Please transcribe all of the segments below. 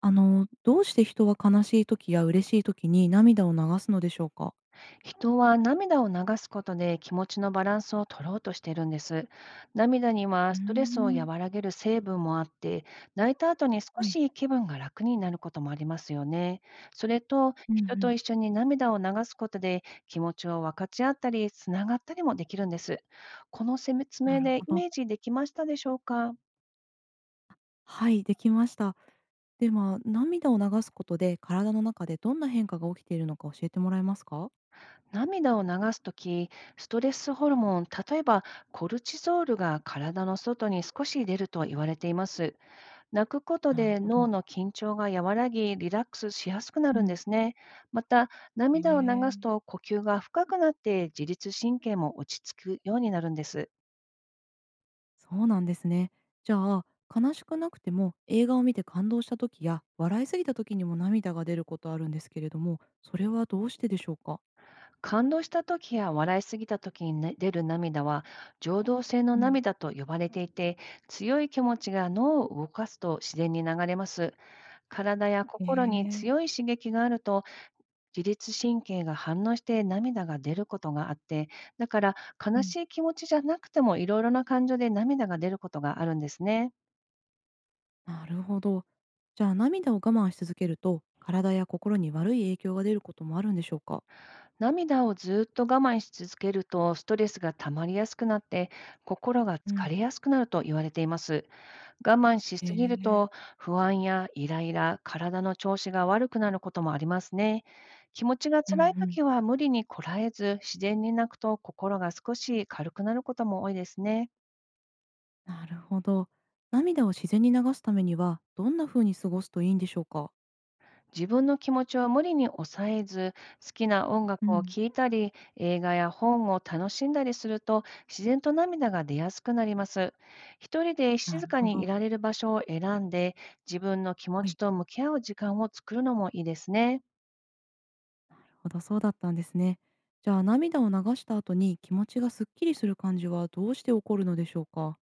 どうして人は悲しい時や嬉しい時に涙を流すのでしょうか？人は涙を流すことで気持ちのバランスを取ろうとしているんです。涙にはうーストレスをん。和らげる成分もあって、泣いた後に少はい。し気分が楽になることもありますよね。それと、うんう人ん。と一緒に涙を流すことで気持ちを分かち合ったり、つながったりもできるんです。この説な明るでほイど。メージできましたでしょうか。はい、できました。では、涙を流すことで体の中でどんな変化が起きているのか教えてもらえますか？涙を流すとき、ストレスホルモン、例えばコルチゾールが体の外に少し出ると言われています。泣くことなるでほ脳ど。の緊張が和らぎ、リラックスしやすくなうるんでん。すね。また、へ涙を流すえ、と呼吸が深くなって、自律神経も落ち着くようになるんです。そうなんですね。じゃあ、悲しくなくても映画を見て感動した時や、笑いすぎた時にも涙が出ることあるんですけれども、それはどうしてでしょうか？感動した時や笑いすぎた時にね出る涙は、情動性のうん。涙と呼ばれていて、強い気持ちが脳を動かすと自然に流れます。体やへ心にえ。強い刺激があると、自律神経が反応して涙が出ることがあって、だからう悲ん。しい気持ちじゃなくても、いろいろな感情で涙が出ることがあるんですね。なるほど。じゃあ涙を我慢し続けると、体や心に悪い影響が出ることもあるんでしょうか？涙をずっと我慢し続けると、ストレスが溜まりやすくなって、心がう疲ん。れやすくなると言われています。我慢しへすぎるえ。と、不安やイライラ、体の調子が悪くなることもありますね。気持ちがうんう辛いん。時は無理にこらえず、自然に泣くと心が少し軽くなることも多いですね。なるほど。涙を自然に流すためには、どんな風に過ごすといいんでしょうか？自分の気持ちを無理に抑えず、好きな音う楽をん。聴いたり、映画や本を楽しんだりすると、自然と涙が出やすくなります。一人でな静るかほにいど。られる場所を選んで、自分の気持はちい。と向き合う時間を作るのもいいですね。なるほど、そうだったんですね。じゃあ涙を流した後に気持ちがすっきりする感じはどうして起こるのでしょうか？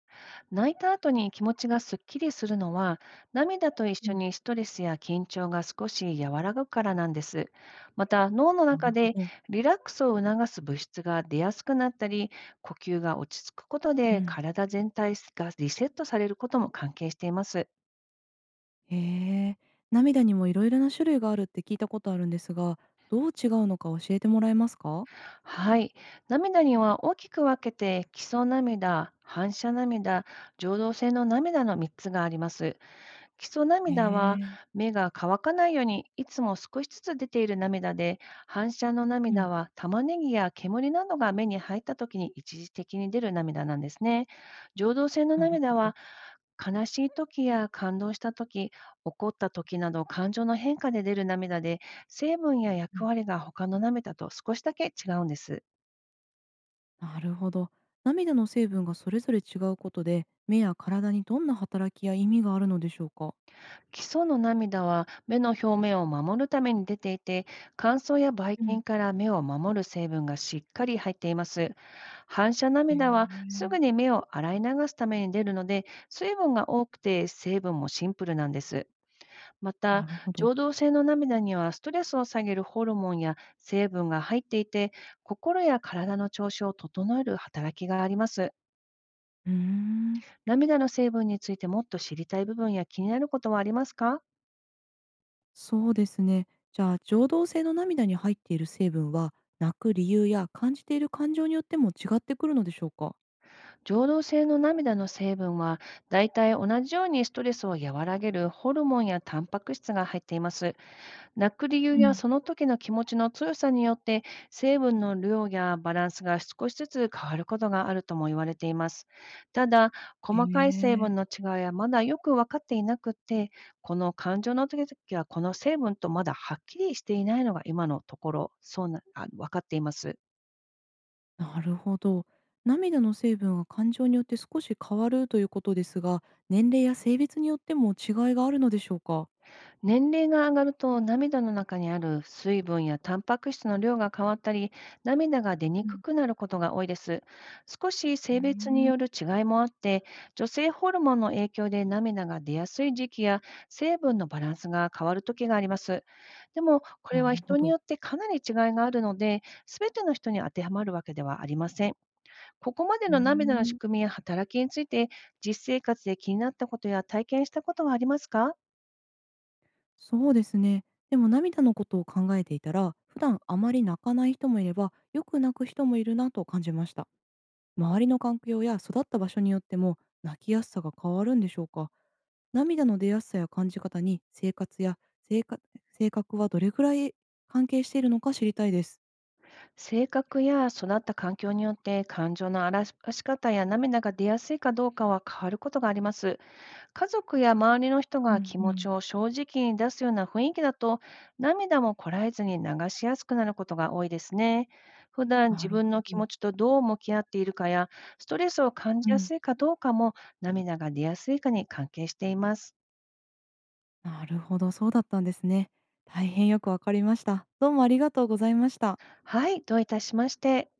泣いた後に気持ちがすっきりするのは、涙と一う緒ん。にストレスや緊張が少し和らぐからなんです。また、脳のなる中ほでど。リラックスを促す物質が出やすくなったり、呼吸が落ち着くことうでん。体全体がリセットされることも関係しています。へえ、涙にもいろいろな種類があるって聞いたことあるんですが、どう違うのか教えてもらえますか？はい。涙には大きく分けて、基礎涙、反射涙、情動性の涙の3つがあります。基礎へ涙はえ、目が乾かないようにいつも少しずつ出ている涙で、反射のうん、涙は玉ねぎや煙などが目に入った時に一時的に出る涙なんですね。情動性のなるほ涙ど。は悲しい時や感動した時、怒った時など感情の変化で出る涙で、成分やう役ん、割が他の涙と少しだけ違うんです。なるほど。涙の成分がそれぞれ違うことで、目や体にどんな働きや意味があるのでしょうか？基礎の涙は目の表面を守るために出ていて、乾燥やばいうん。菌から目を守る成分がしっかり入っています。反射へ涙はすえ。ぐに目を洗い流すために出るので、水分が多くて成分もシンプルなんです。まなた、るほど。情動性の涙にはストレスを下げるホルモンや成分が入っていて、心や体の調子を整える働きがあります。うーん、涙の成分についてもっと知りたい部分や気になることはありますか。そうですね。じゃあ、情動性の涙に入っている成分は、泣く理由や感じている感情によっても違ってくるのでしょうか？浄土性の涙の成分は、だいたい同じようにストレスを和らげるホルモンやタンパク質が入っています。泣く理由うやん。その時の気持ちの強さによって、成分の量やバランスが少しずつ変わることがあるとも言われています。ただ、へ細かい成分え。の違いはまだよく分かっていなくて、この感情の時々はこの成分と、まだはっきりしていないのが今のところ、そうな、あ分かっています。なるほど。涙の成分が感情によって少し変わるということですが、年齢や性別によっても違いがあるのでしょうか？年齢が上がると涙の中にある水分やタンパク質の量が変わったり、涙が出にうくん。くなることが多いです。少しうー性別にん、よる違いもあって、女性ホルモンの影響で涙が出やすい時期や、成分のバランスが変わる時があります。でも、これなはるほ人にど。よってかなり違いがあるので、すべての人に当てはまるわけではありません。ここまでうーの涙のん。仕組みや働きについて、実生活で気になったことや体験したことはありますか。そうですね。でも涙のことを考えていたら、普段あまり泣かない人もいれば、よく泣く人もいるなと感じました。周りの環境や育った場所によっても泣きやすさが変わるんでしょうか。涙の出やすさや感じ方に生活や性格性格はどれくらい関係しているのか知りたいです。性格や育った環境によって、感情の表し方や涙が出やすいかどうかは変わることがあります。家族や周りの人うがん気う持ちん。を正直に出すような雰囲気だと、涙もこらえずに流しやすくなることが多いですね。普段な自るほ分の気ど。持ちとどう向き合っているかや、ストレスを感うじやん。すいかどうかも、涙が出やすいかに関係しています。なるほど、そうだったんですね。大変よくわかりました。どうもありがとうございました。はい、どういたしまして。